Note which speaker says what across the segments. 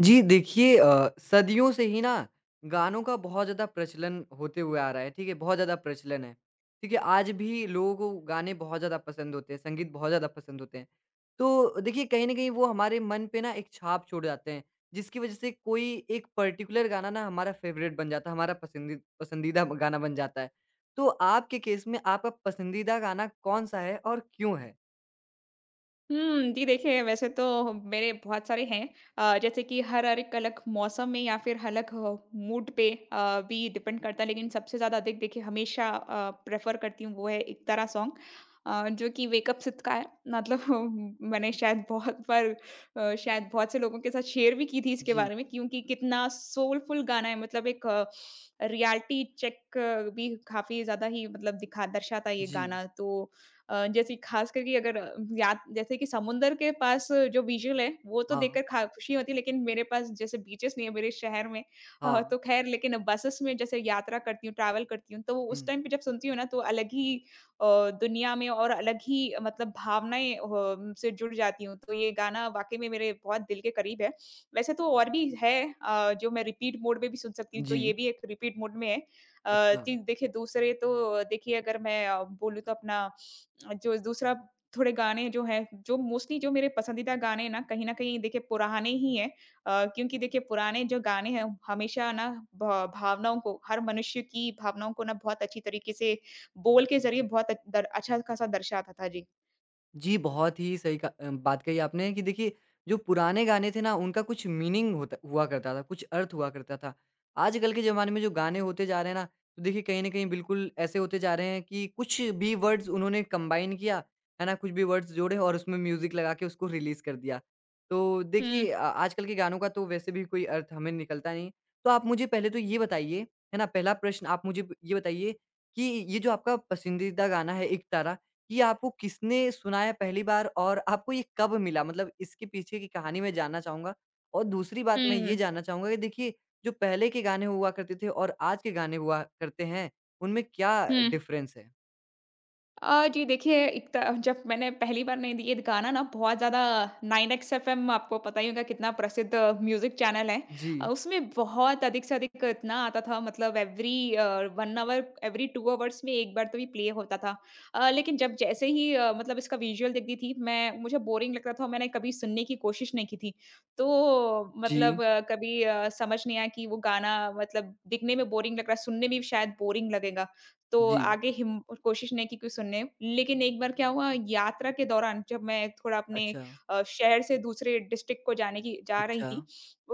Speaker 1: जी, देखिए सदियों से ही ना गानों का बहुत ज़्यादा प्रचलन होते हुए आ रहा है, ठीक है? बहुत ज़्यादा प्रचलन है, ठीक है? आज भी लोगों को गाने बहुत ज़्यादा पसंद होते हैं, संगीत बहुत ज़्यादा पसंद होते हैं। तो देखिए, कहीं न कहीं वो हमारे मन पे ना एक छाप छोड़ जाते हैं, जिसकी वज़ह से कोई एक पर्टिकुलर गाना ना हमारा फ़ेवरेट बन जाता है, हमारा पसंदीदा गाना बन जाता है। तो आपके केस में आपका पसंदीदा गाना कौन-सा है और क्यों है?
Speaker 2: जी देखिए, वैसे तो मेरे बहुत सारे हैं जैसे कि हर हर एक अलग मौसम में या फिर अलग मूड पे भी डिपेंड करता है। लेकिन सबसे ज़्यादा अधिक देखिए हमेशा प्रेफ़र करती हूँ वो है एकतारा सॉन्ग, जो कि वेक अप सिड का है। मतलब मैंने शायद बहुत बार शायद बहुत से लोगों के साथ शेयर भी की थी इसके
Speaker 1: जी,
Speaker 2: बारे में, क्योंकि कितना सोलफुल गाना है। मतलब एक रियलिटी चेक भी काफ़ी ज़्यादा ही मतलब दिखा दर्शाता है ये
Speaker 1: जी।
Speaker 2: गाना। तो जैसे खास करके अगर याद जैसे कि समुंदर के पास जो विज़ुअल है, वो तो
Speaker 1: हाँ,
Speaker 2: देखकर खा खुशी होती है, लेकिन मेरे पास जैसे बीचेस नहीं है मेरे शहर में।
Speaker 1: हाँ।
Speaker 2: तो खैर लेकिन बसेस में जैसे यात्रा करती हूँ, ट्रैवल करती हूँ, तो वो उस
Speaker 1: हुँ।
Speaker 2: टाइम पे जब सुनती हूँ ना, तो अलग ही अ, दुनिया में और अलग ही मतलब भावनाएँ से जुड़ जाती हूँ। तो ये गाना वाक़ई में मेरे बहुत दिल के करीब है। वैसे तो और भी है जो मैं रिपीट मोड में भी सुन सकती हूँ, तो ये
Speaker 1: जी,
Speaker 2: भी एक रिपीट मोड में है।
Speaker 1: अच्छा।
Speaker 2: जी देखिए दूसरे तो देखिए अगर मैं बोलूँ तो अपना जो दूसरा थोड़े गाने जो हैं, जो मोस्टली जो मेरे पसंदीदा गाने हैं ना, कहीं न कहीं देखिए पुराने ही हैं। क्योंकि देखिए पुराने जो गाने हैं हमेशा ना भ भावनाओं को, हर मनुष्य की भावनाओं को ना बहुत अच्छी तरीके से बोल के ज़रिए बहुत दर अच्छा-खासा दर्शाता था। जी।
Speaker 1: जी, बहुत ही सही बात कही आपने कि देखिए, जो पुराने गाने थे ना, उनका कुछ मीनिंग होता हुआ करता था, कुछ अर्थ हुआ करता था। आजकल के ज़माने में जो गाने होते जा रहे हैं ना, तो देखिए कहीं न कहीं बिल्कुल ऐसे होते जा रहे हैं कि कुछ भी वर्ड्स उन्होंने कंबाइन किया, है ना? कुछ भी वर्ड्स जोड़े और उसमें म्यूज़िक लगा के उसको रिलीज़ कर दिया। तो
Speaker 2: हुँ,
Speaker 1: देखिए आजकल के गानों का तो वैसे भी कोई अर्थ हमें निकलता नहीं। तो आप मुझे पहले तो ये बताइए, है ना? पहला प्रश्न आप मुझे ब ये बताइए कि ये जो आपका पसंदीदा गाना है, 'इकतारा' ये आपको किसने सुनाया पहली बार और आपको ये कब मिला? मतलब इसके पीछे की कहानी मैं जानना चाहूँगा। और दूसरी बात मैं ये
Speaker 2: हुँ,
Speaker 1: जानना चाहूँगा कि देखिए, जो पहले के गाने हुआ करते थे और आज के गाने हुआ करते हैं, उनमें क्या
Speaker 2: हुँ।
Speaker 1: डिफ़रेंस है?
Speaker 2: जी देखिए, एक त जब मैंने पहली बार नहीं ये गाना ना बहुत ज़्यादा 9X एफएम, आपको पता ही होगा कितना प्रसिद्ध म्यूज़िक चैनल है।
Speaker 1: जी,
Speaker 2: उसमें बहुत अधिक से अधिक इतना आता था, मतलब एवरी 1 आवर, एवरी 2 आवर्स में 1 बार तो ये प्ले होता था। लेकिन जब जैसे ही मतलब इसका विजुअल देखती थी मैं, मुझे बोरिंग लगता था। मैंने कभी सुनने की कोशिश नहीं की थी। तो
Speaker 1: जी,
Speaker 2: मतलब कभी समझ नहीं आया कि वो गाना मतलब दिखने में बोरिंग लग रहा है, सुनने में भी शायद बोरिंग लगेगा। तो
Speaker 1: जी।
Speaker 2: आगे हिम कोशिश नहीं की कोई सुनने। लेकिन एक बार क्या हुआ, यात्रा के दौरान जब मैं थोड़ा अपने
Speaker 1: अच्छा,
Speaker 2: शहर से दूसरे डिस्ट्रिक्ट को जाने की जा रही
Speaker 1: अच्छा।
Speaker 2: थी,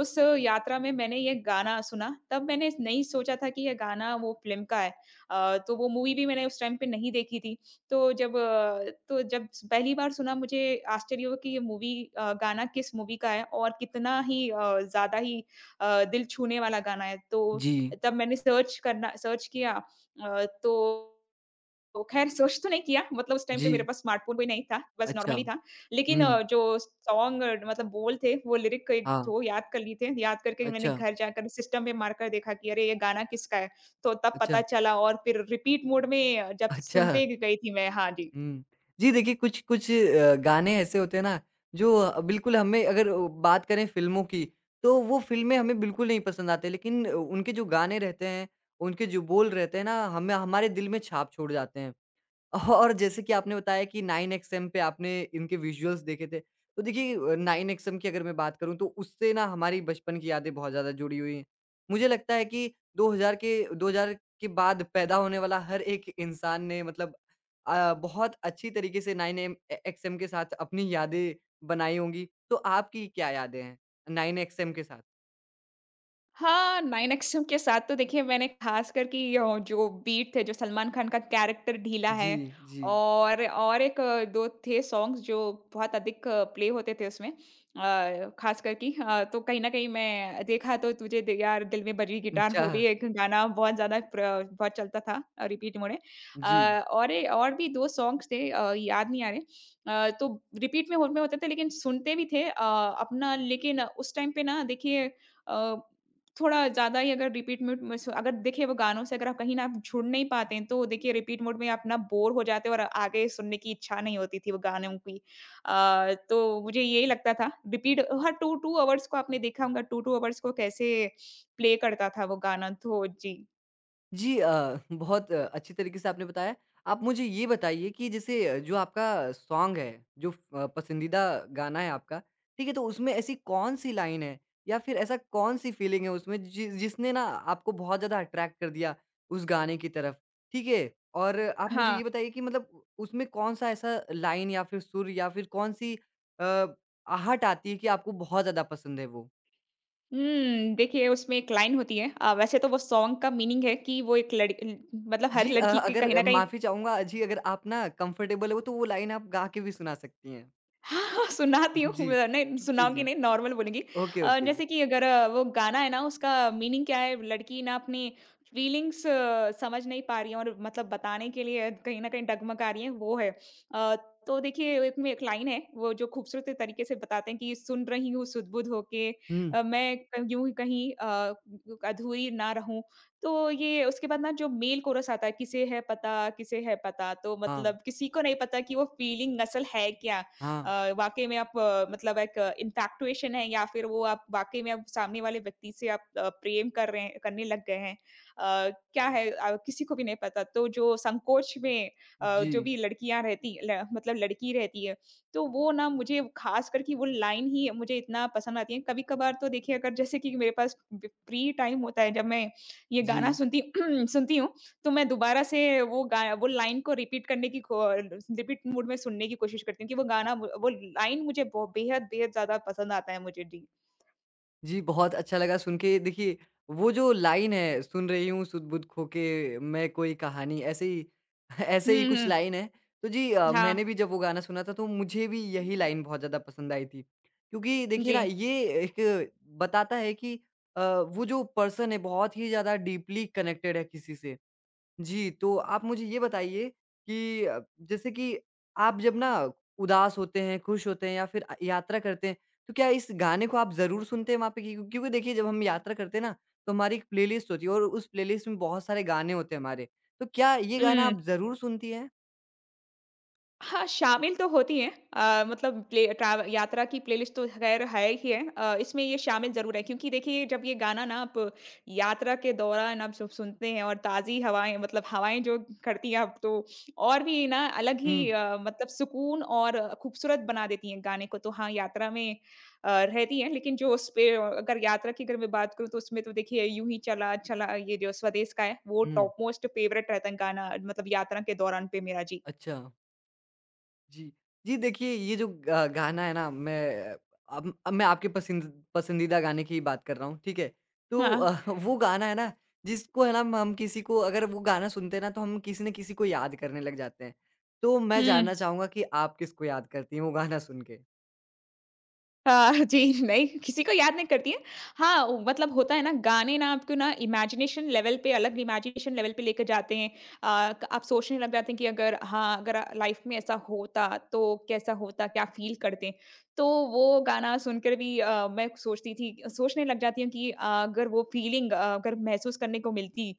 Speaker 2: उस यात्रा में मैंने ये गाना सुना। तब मैंने नहीं सोचा था कि ये गाना वो फ़िल्म का है। तो वो मूवी भी मैंने उस टाइम पे नहीं देखी थी। तो जब पहली बार सुना, मुझे आश्चर्य हुआ कि ये गाना किस मूवी का है और कितना ही ज़्यादा ही दिल छूने वाला गाना है। तो
Speaker 1: जी,
Speaker 2: तब मैंने सर्च किया। अ, तो तो खैर सर्च तो नहीं किया, मतलब उस टाइम पे
Speaker 1: जी।
Speaker 2: मेरे पास स्मार्टफ़ोन भी नहीं था, बस
Speaker 1: अच्छा।
Speaker 2: नॉर्मली था। लेकिन
Speaker 1: हुँ।
Speaker 2: जो सॉन्ग मतलब बोल थे, वो लिरिक के
Speaker 1: हाँ।
Speaker 2: थ्रू याद कर लिए थे। याद करके मैंने
Speaker 1: अच्छा,
Speaker 2: घर जाकर सिस्टम में मारकर देखा कि अरे ये गाना किसका है? तो तब पता
Speaker 1: अच्छा,
Speaker 2: चला, और फिर रिपीट मोड में जब
Speaker 1: अच्छा।
Speaker 2: सुनते गई थी मैं। हाँ जी।
Speaker 1: हुँ। जी, देखिए कुछ कुछ गाने ऐसे होते हैं ना जो बिल्कुल हमें अगर बात करें फ़िल्मों की तो वो फ़िल्में हमें बिल्कुल नहीं पसंद आते लेकिन उनके जो गाने रहते हैं, उनके जो बोल रहते हैं ना हमें हमारे दिल में छाप छोड़ जाते हैं। और जैसे कि आपने बताया कि 9XM पे आपने इनके विजुअल्स देखे थे। तो देखिए 9XM की अगर मैं बात करूँ तो उससे ना हमारी बचपन की यादें बहुत ज़्यादा जुड़ी हुई हैं। मुझे लगता है कि 2000 के बाद पैदा होने वाला हर एक इंसान ने मतलब बहुत अच्छी तरीके से 9M XM के साथ अपनी यादें बनाई होंगी। तो आपकी क्या यादें हैं 9XM के साथ?
Speaker 2: हाँ, 9 अक्षम के साथ तो देखिए मैंने ख़ासकर कि यो जो बीट थे, जो सलमान खान का कैरेक्टर ढीला
Speaker 1: जी,
Speaker 2: है,
Speaker 1: जी।
Speaker 2: और एक 2 थे सॉन्ग्स जो बहुत अधिक प्ले होते थे उसमें। ख़ासकर कि तो कहीं न कहीं मैं देखा तो तुझे द यार दिल में बजी गिटार,
Speaker 1: अच्छा,
Speaker 2: वो भी एक गाना बहुत ज़्यादा प्र बहुत चलता था। रिपीट मोड़े अ,
Speaker 1: जी।
Speaker 2: और ए और भी 2 सॉन्ग्स थे, याद नहीं आ रहे। तो रिपीट में होते थे, लेकिन सुनते भी थे। अपना लेकिन उस टाइम पे ना देखिए अ थोड़ा ज़्यादा ही अगर रिपीट मोड में स अगर देखिए वो गानों से अगर आप कहीं न आप छुड़ नहीं पाते हैं, तो देखिए रिपीट मोड में आप ना बोर हो जाते हो और आगे सुनने की इच्छा नहीं होती थी वो गानों की। तो मुझे यही लगता था रिपीट, हर 2-2 अवर्स को आपने देखा होगा 2-2 अवर्स को कैसे प्ले करता था वो गाना तो। जी।
Speaker 1: जी बहुत अच्छी तरीके से आपने बताया। आप मुझे ये बताइए कि जैसे जो आपका सॉन्ग है, जो पसंदीदा गाना है आपका, ठीक है? तो उसमें ऐसी कौन-सी लाइन है या फिर ऐसा कौन-सी फीलिंग है उसमें जि जिसने ना आपको बहुत ज़्यादा अट्रैक्ट कर दिया उस गाने की तरफ, ठीक है? और आप मुझे ये
Speaker 2: हाँ।
Speaker 1: बताइए कि मतलब उ उसमें कौन-सा ऐसा लाइन या फिर सुर या फिर कौन-सी अ, आहट आती है कि आपको बहुत ज़्यादा पसंद है वो?
Speaker 2: हुँ, देखिए उसमें एक लाइन होती है। वैसे तो वो सॉन्ग का मीनिंग है कि वो एक लड़ मतलब हर
Speaker 1: जी
Speaker 2: लड़की की कहीं
Speaker 1: अगर
Speaker 2: न कहीं।
Speaker 1: माफ़ी चाहूँगा जी अगर आप ना कंफ़र्टेबल हो तो वो लाइन आप गा के भी सुना सकती हैं।
Speaker 2: हाँ, हाँ, सुनाती
Speaker 1: जी,
Speaker 2: हूँ।
Speaker 1: जी,
Speaker 2: सुनाऊँगी
Speaker 1: जी।
Speaker 2: नहीं, नॉर्मल बोलूँगी।
Speaker 1: Okay, okay.
Speaker 2: जैसे कि अगर वो गाना है ना, उसका मीनिंग क्या है, लड़की ना अपनी फीलिंग्स समझ नहीं पा रही है और मतलब बताने के लिए कहीं न कहीं डगमगा रही है, वो है। अ, तो देखिए एक लाइन है वो, जो खूबसूरत तरीके से बताते हैं कि सुन रही हूँ सुध-बुध होके,
Speaker 1: हुँ,
Speaker 2: मैं क यूँ ही कहीं अधूरी ना रहूँ। तो ये उसके बाद ना जो मेल कोरस आता है, किसे है पता, किसे है पता, तो
Speaker 1: हाँ,
Speaker 2: मतलब किसी को नहीं पता कि वो फीलिंग असल है क्या।
Speaker 1: हाँ।
Speaker 2: वाक़ई में मतलब एक इन्फैक्टुएशन है, या फिर वो आप वाक़ई में आप सामने वाले व्यक्ति से आप प्रेम कर रहे हैं करने लग गए हैं। क्या है, किसी को भी नहीं पता। तो जो संकोच में
Speaker 1: जी,
Speaker 2: जो भी लड़कियाँ रहती ल मतलब लड़की रहती है, तो वो ना मुझे ख़ास करके वो लाइन ही मुझे इतना पसंद आती है। कभी-कभार तो देखिए, अगर जैसे कि मेरे पास ब फ्री टाइम होता है जब मैं ये
Speaker 1: जी।
Speaker 2: गाना सुनती सुनती हूँ, तो मैं दोबारा से वो गाया वो लाइन को रिपीट मूड में सुनने की कोशिश करती हूँ। कि वो गाना वो लाइन मुझे ब बेहद, बेहद ज़्यादा पसंद आता है मुझे। जी।
Speaker 1: जी, बहुत अच्छा लगा सुन के। देखिए, वो जो लाइन है, सुन रही हूँ सुध-बुध खो के मैं कोई कहानी, ऐसे ही ऐसे ही
Speaker 2: हुँ,
Speaker 1: कुछ
Speaker 2: हुँ।
Speaker 1: लाइन है। तो जी
Speaker 2: हाँ।
Speaker 1: मैंने भी जब वो गाना सुना था, तो मुझे भी यही लाइन बहुत ज़्यादा पसंद आई थी। क्योंकि देखिए
Speaker 2: जी।
Speaker 1: ना, ये एक बताता है कि वो जो पर्सन है, बहुत ही ज़्यादा डीपली कनेक्टेड है किसी से। जी, तो आप मुझे ये बताइए कि जैसे कि आप जब ना उदास होते हैं, खुश होते हैं या फिर यात्रा करते हैं, तो क्या इस गाने को आप ज़रूर सुनते हैं वहाँ पे? क्यों क्योंकि देखिए जब हम यात्रा करते हैं ना, तो हमारी एक प्लेलिस्ट होती है और उस प्लेलिस्ट में बहुत सारे गाने होते हैं हमारे। तो क्या ये गाना
Speaker 2: हुँ।
Speaker 1: आप ज़रूर सुनती हैं?
Speaker 2: हाँ, शामिल तो होती हैं। मतलब प्ले ट्रैव यात्रा की प्लेलिस्ट तो खैर है ही है। इसमें ये शामिल ज़रूर है, क्योंकि देखिए जब ये गाना ना आप यात्रा के दौरान आप सुनते हैं और ताज़ी हवाएँ मतलब हवाएँ जो करती हैं आप, तो और भी ना अलग
Speaker 1: हुँ,
Speaker 2: ही मतलब सुकून और खूबसूरत बना देती हैं गाने को। तो हाँ, यात्रा में रहती हैं। लेकिन जो उस पे अगर यात्रा की अगर मैं बात करूँ, तो उसमें तो देखिए यूँ ही चला चला ये जो स्वदेश का है वो
Speaker 1: हुँ,
Speaker 2: टॉप मोस्ट फ़ेवरेट रहता है गाना, मतलब यात्रा के दौरान पे मेरा। जी।
Speaker 1: अच्छा। जी। जी, देखिए ये जो ग गाना है ना मैं अब मैं आपके पसंदीदा गाने की बात कर रहा हूँ, ठीक है? तो
Speaker 2: हाँ।
Speaker 1: वो गाना है ना जिसको है ना हम किसी को अगर वो गाना सुनते हैं ना तो हम किसी न किसी को याद करने लग जाते हैं। तो मैं
Speaker 2: हुँ।
Speaker 1: जानना चाहूँगा कि आप किसको याद करती हैं वो गाना सुन के?
Speaker 2: जी, नहीं, किसी को याद नहीं करती है। हाँ, वो मतलब होता है ना, गाने ना आपको ना इमेजिनेशन लेवल पे, अलग इमेजिनेशन लेवल पे लेके जाते हैं। क आप सोचने लग जाते हैं कि अगर हाँ, अगर लाइफ़ में ऐसा होता तो कैसा होता, क्या फ़ील करते? तो वो गाना सुनकर भी मैं सोचती थी सोचने लग जाती हूँ कि अगर वो फ़ीलिंग अगर महसूस करने को मिलती,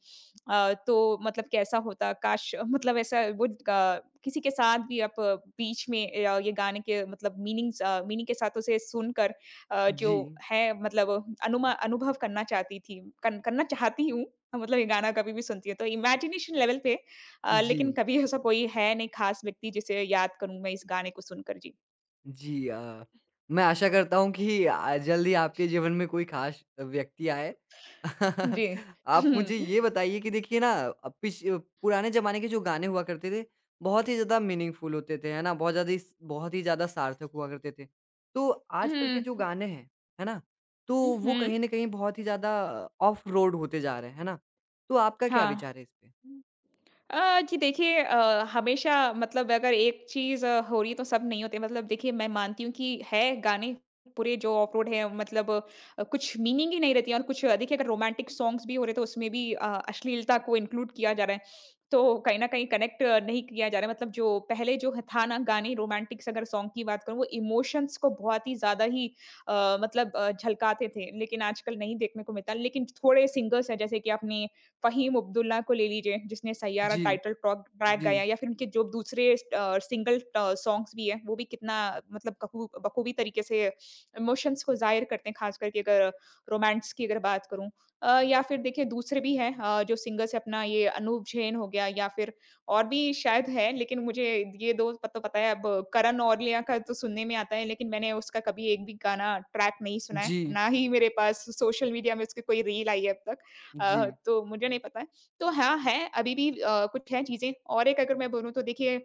Speaker 2: तो मतलब कैसा होता? काश मतलब ऐसा, वो ग किसी के साथ भी आप बीच में ये गाने के मतलब मीनिंग्स अ, मीनिंग के साथ उसे सुनकर जो
Speaker 1: जी।
Speaker 2: है मतलब अनुमा अनुभव करना चाहती थी कन करना चाहती हूँ। मतलब ये गाना कभी भी सुनती हूँ, तो इमेजिनेशन लेवल पे
Speaker 1: जी।
Speaker 2: लेकिन कभी ऐसा कोई है नहीं खास व्यक्ति जिसे याद करूँ मैं इस गाने को सुनकर। जी।
Speaker 1: जी मैं आशा करता हूँ कि जल्दी आपके जीवन में कोई ख़ास व्यक्ति आए।
Speaker 2: जी।
Speaker 1: आप मुझे
Speaker 2: हुँ।
Speaker 1: ये बताइए कि देखिए ना अ, पिछ पुराने ज़माने के जो गाने हुआ करते थे, बहुत ही ज़्यादा मीनिंगफ़ुल होते थे, है ना? बहुत ज़्यादा इस बहुत ही ज़्यादा सार्थक हुआ करते थे। तो आजकल के
Speaker 2: हुँ।
Speaker 1: जो गाने हैं, है ना? तो
Speaker 2: हुँ,
Speaker 1: वो कहीं
Speaker 2: हुँ।
Speaker 1: न कहीं बहुत ही ज़्यादा ऑफ रोड होते जा रहे हैं, है ना? तो आपका क्या
Speaker 2: हाँ।
Speaker 1: विचार है इस पे?
Speaker 2: जी देखिए हमेशा मतलब अगर एक चीज़ हो रही, तो सब नहीं होते। मतलब देखिए मैं मानती हूँ कि है गाने पूरे जो ऑफरोड है, मतलब कुछ मीनिंग ही नहीं रहती है। और कुछ देखिए अगर रोमांटिक सॉन्ग्स भी हो रहे, तो उसमें भी अश्लीलता को इंक्लूड किया जा रहा है। तो कहीं ना कहीं कनेक्ट नहीं किया जा रहा है। मतलब जो पहले जो था ना गाने, रोमांटिक्स अगर सॉन्ग की बात करूँ, वो इमोशंस को बहुत ही ज्यादा ही मतलब झलकाते थे। लेकिन आजकल नहीं देखने को मिलता। लेकिन थोड़े सिंगर्स हैं, जैसे कि आपने फ़हीम अब्दुल्ला को ले लीजिए, जिसने सैयारा
Speaker 1: जी,
Speaker 2: टाइटल ट्रॉक ट्रैक
Speaker 1: जी,
Speaker 2: गाया, या फिर उनके जो दूसरे सिंगल सॉन्ग्स भी हैं, वो भी कितना मतलब बखूबी तरीके से इमोशंस को ज़ाहिर करते हैं, ख़ास करके अगर रोमांस की अगर बात करूँ। या फिर देखिए दूसरे भी हैं, जो सिंगर्स हैं, अपना ये अनूप जैन हो गया, या फिर और भी शायद है, लेकिन मुझे ये 2 पत तो पता है। अब करण औजला का तो सुनने में आता है, लेकिन मैंने उसका कभी एक भी गाना ट्रैक नहीं सुना है,
Speaker 1: जी,
Speaker 2: ना ही मेरे पास सोशल मीडिया में उसकी कोई रील आई है अब तक।
Speaker 1: जी,
Speaker 2: तो मुझे नहीं पता है। तो हाँ, है अभी भी कुछ है चीज़ें। और एक अगर मैं बोलूँ तो देखिए,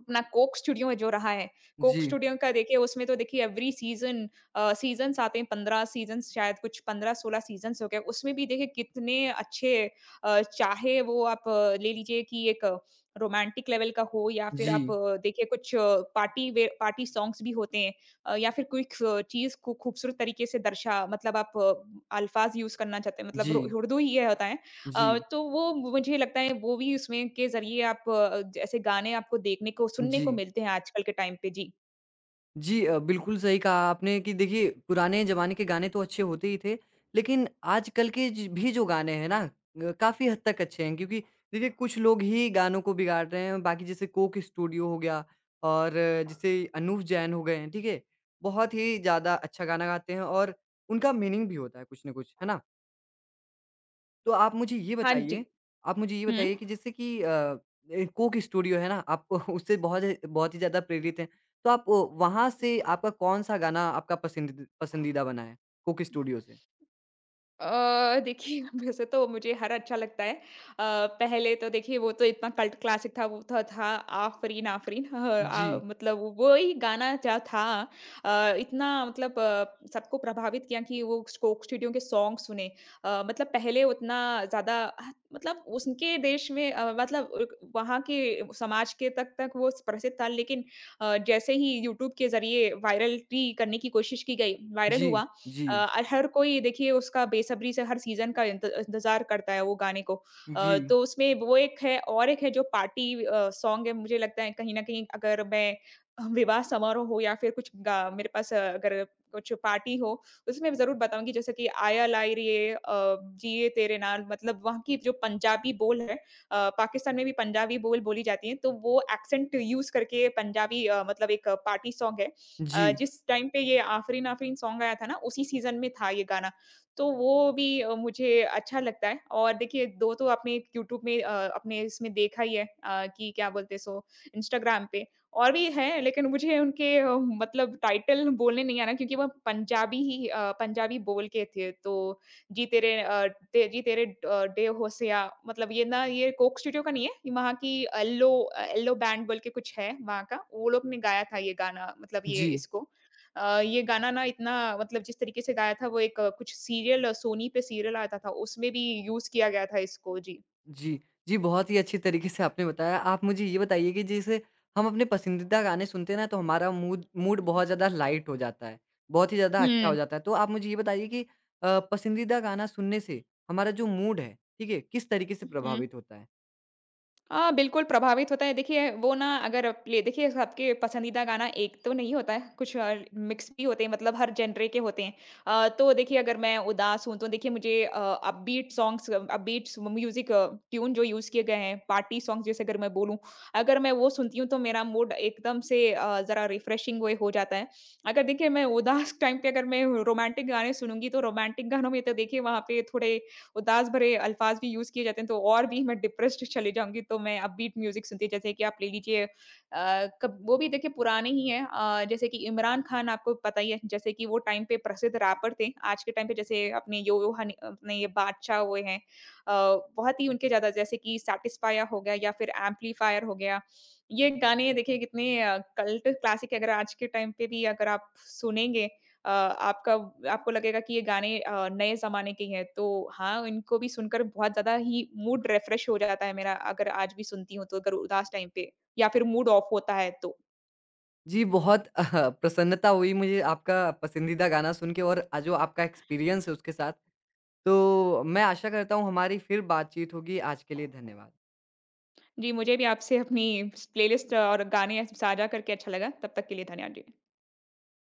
Speaker 2: अपना कोक स्टूडियो में जो रहा है, कोक
Speaker 1: जी,
Speaker 2: स्टूडियो का देखिए उसमें तो देखिए एवरी सीज़न सीज़न्स आते हैं, 15 सीज़न्स शायद, कुछ 15-16 सीज़न्स हो गए। उसमें भी देखिए कितने अच्छे चाहे वो आप ले लीजिए कि एक रोमांटिक लेवल का हो या फिर आप
Speaker 1: जी,
Speaker 2: देखिए कुछ पार्टी सॉन्ग्स भी होते हैं। या फिर कोई ख चीज़ को खूबसूरत तरीके से दर्शा मतलब आप अल्फ़ाज़ यूज़ करना चाहते हैं मतलब रो
Speaker 1: जी,
Speaker 2: उर्दू ही ये होता है।
Speaker 1: जी, जी।
Speaker 2: तो वो मुझे लगता है वो भी उसमें के ज़रिए आप जैसे गाने आपको देखने को, सुनने को
Speaker 1: जी
Speaker 2: मिलते हैं आजकल के टाइम पे। जी।
Speaker 1: जी बिल्कुल सही कहा आपने कि देखिए पुराने ज़माने के गाने तो अच्छे होते ही थे, लेकिन आजकल के ज भी जो गाने हैं ना काफ़ी हद तक अच्छे हैं क्योंकि देखिए कुछ लोग ही गानों को बिगाड़ रहे हैं, बाकी जैसे कोक स्टूडियो हो गया और जैसे अनूप जैन हो गए हैं, ठीक है? बहुत ही ज़्यादा अच्छा गाना गाते हैं और उनका मीनिंग भी होता है कुछ ना कुछ, है ना? तो आप मुझे ये
Speaker 2: हाँ जी।
Speaker 1: बताइए आप मुझे ये
Speaker 2: हुँ।
Speaker 1: बताइए कि जैसे कि कोक स्टूडियो है ना आप उससे बहुत ही ज़्यादा प्रेरित हैं। तो आप वहाँ से आपका कौन-सा गाना आपका पसंदीदा बना है कोक स्टूडियो से?
Speaker 2: देखिए वैसे तो मुझे हर अच्छा लगता है। पहले तो देखिए वो तो इतना कल्ट क्लासिक था वो तो था आफरीन, आफरीन
Speaker 1: जी,
Speaker 2: मतलब वो ही गाना जो था अ, इतना मतलब सबको प्रभावित किया कि वो कोक स्टूडियो के सॉन्ग सुने। मतलब पहले उतना ज़्यादा ह मतलब उनके देश में मतलब उक वहाँ के समाज के तक तक वो प्रसिद्ध था लेकिन जैसे ही यूट्यूब के ज़रिए वायरलिटी करने की कोशिश की गई, वायरल
Speaker 1: जी,
Speaker 2: हुआ।
Speaker 1: जी,
Speaker 2: अ, हर कोई देखिए उसका बेसब्री से हर सीज़न का इंतज़ार करता है वो गाने को।
Speaker 1: जी,
Speaker 2: तो उसमें वो एक है और एक है जो पार्टी सॉन्ग है। मुझे लगता है कहीं न कहीं अगर मैं विवाह समारोह हो या फिर कुछ गा मेरे पास अगर कुछ पार्टी हो, तो उसमें ज़रूर बताऊँगी जैसे कि आया लाई रे जिए तेरे नाल। मतलब वहाँ की जो पंजाबी बोल है पाकिस्तान में भी पंजाबी बोल बोली जाती है, तो वो एक्सेंट यूज़ करके पंजाबी मतलब एक पार्टी सॉन्ग है।
Speaker 1: जी,
Speaker 2: जिस टाइम पे ये आफरीन आफरीन सॉन्ग आया था ना, उसी सीज़न में था ये गाना। तो वो भी मुझे अच्छा लगता है और देखिए 2 तो आपने यूट्यूब में अपने इसमें देखा ही है कि क्या बोलते हैं। सो इंस्टाग्राम पे और भी हैं, लेकिन मुझे उनके मतलब टाइटल बोलने नहीं आ रहा क्योंकि वो पंजाबी ही पंजाबी बोल के थे। तो जी तेरे अ, ते जी तेरे डे होसिया। मतलब ये ये कोक स्टूडियो का नहीं है, ये वहाँ की एल्लो एल्लो बैंड बोल के कुछ है वहाँ का, वो लोग ने गाया था ये गाना मतलब ये
Speaker 1: जी।
Speaker 2: इसको। ये गाना ना इतना मतलब जिस तरीके से गाया था वो एक कुछ सीरियल सोनी पे सीरियल आता था, उसमें भी यूज़ किया गया था इसको। जी।
Speaker 1: जी। जी, बहुत ही अच्छी तरीके से आपने बताया। आप मुझे ये बताइए कि जैसे हम अपने पसंदीदा गाने सुनते हैं ना तो हमारा मूड मूड
Speaker 2: हुँ,
Speaker 1: बहुत
Speaker 2: हुँ।
Speaker 1: ज़्यादा लाइट हो जाता है, बहुत ही ज़्यादा अच्छा हो जाता है। तो आप मुझे ये बताइए कि पसंदीदा गाना सुनने से हमारा जो मूड है, ठीक है, किस तरीके से
Speaker 2: हुँ।
Speaker 1: प्रभावित होता है?
Speaker 2: हाँ, बिल्कुल प्रभावित होता है। देखिए, वो ना अगर प्ले देखिए सबके पसंदीदा गाना एक तो नहीं होता है, कुछ मिक्स भी होते हैं मतलब हर जेनरे के होते हैं। तो देखिए अगर मैं उदास हूँ तो देखिए मुझे upbeat songs upbeat music tune जो यूज़ किए गए हैं, पार्टी सॉन्ग्स जैसे अगर मैं बोलूँ, अगर मैं वो सुनती हूँ तो मेरा मूड एकदम से ज़रा रिफ्रेशिंग वे हो जाता है। अगर देखिए मैं उदास टाइम पे अगर मैं रोमांटिक गाने सुनूँगी तो रोमांटिक गानों में तो देखिए वहाँ पे थोड़े उदास भरे अल्फाज भी यूज़ किए जाते हैं, तो और भी मैं डिप्रेस्ड चली जाऊँगी, तो मैं अपबीट म्यूज़िक सुनती हूँ। जैसे कि आप ले लीजिए अ, कब वो भी देखिए पुराने ही हैं। जैसे कि इमरान खान आपको पता ही है, जैसे कि वो टाइम पे प्रसिद्ध रैपर थे। आज के टाइम पे जैसे अपने यो यो हनी अपने ये बादशाह हुए हैं। बहुत ही उनके ज़्यादा जैसे कि सैटिस्फायर हो गया या फिर एम्पलीफायर हो गया। ये गाने देखिए कितने कल्ट क्लासिक, अगर आज के टाइम पे भी अगर आप सुनेंगे अ, आपका आपको लगेगा कि ये गाने नए ज़माने के ही हैं, तो हाँ, इनको भी सुनकर बहुत ज़्यादा ही मूड रिफ्रेश हो जाता है मेरा, अगर आज भी सुनती हूँ तो, अगर उदास टाइम पे या फिर मूड ऑफ होता है तो।
Speaker 1: जी, बहुत प्रसन्नता हुई मुझे आपका पसंदीदा गाना सुन के और जो आपका एक्सपीरियंस है उसके साथ। तो मैं आशा करता हूँ हमारी फिर बातचीत होगी। आज के लिए धन्यवाद।
Speaker 2: जी, मुझे भी आपसे अपनी प्लेलिस्ट और गाने साझा करके अच्छा लगा। तब तक के लिए धन्यवाद जी।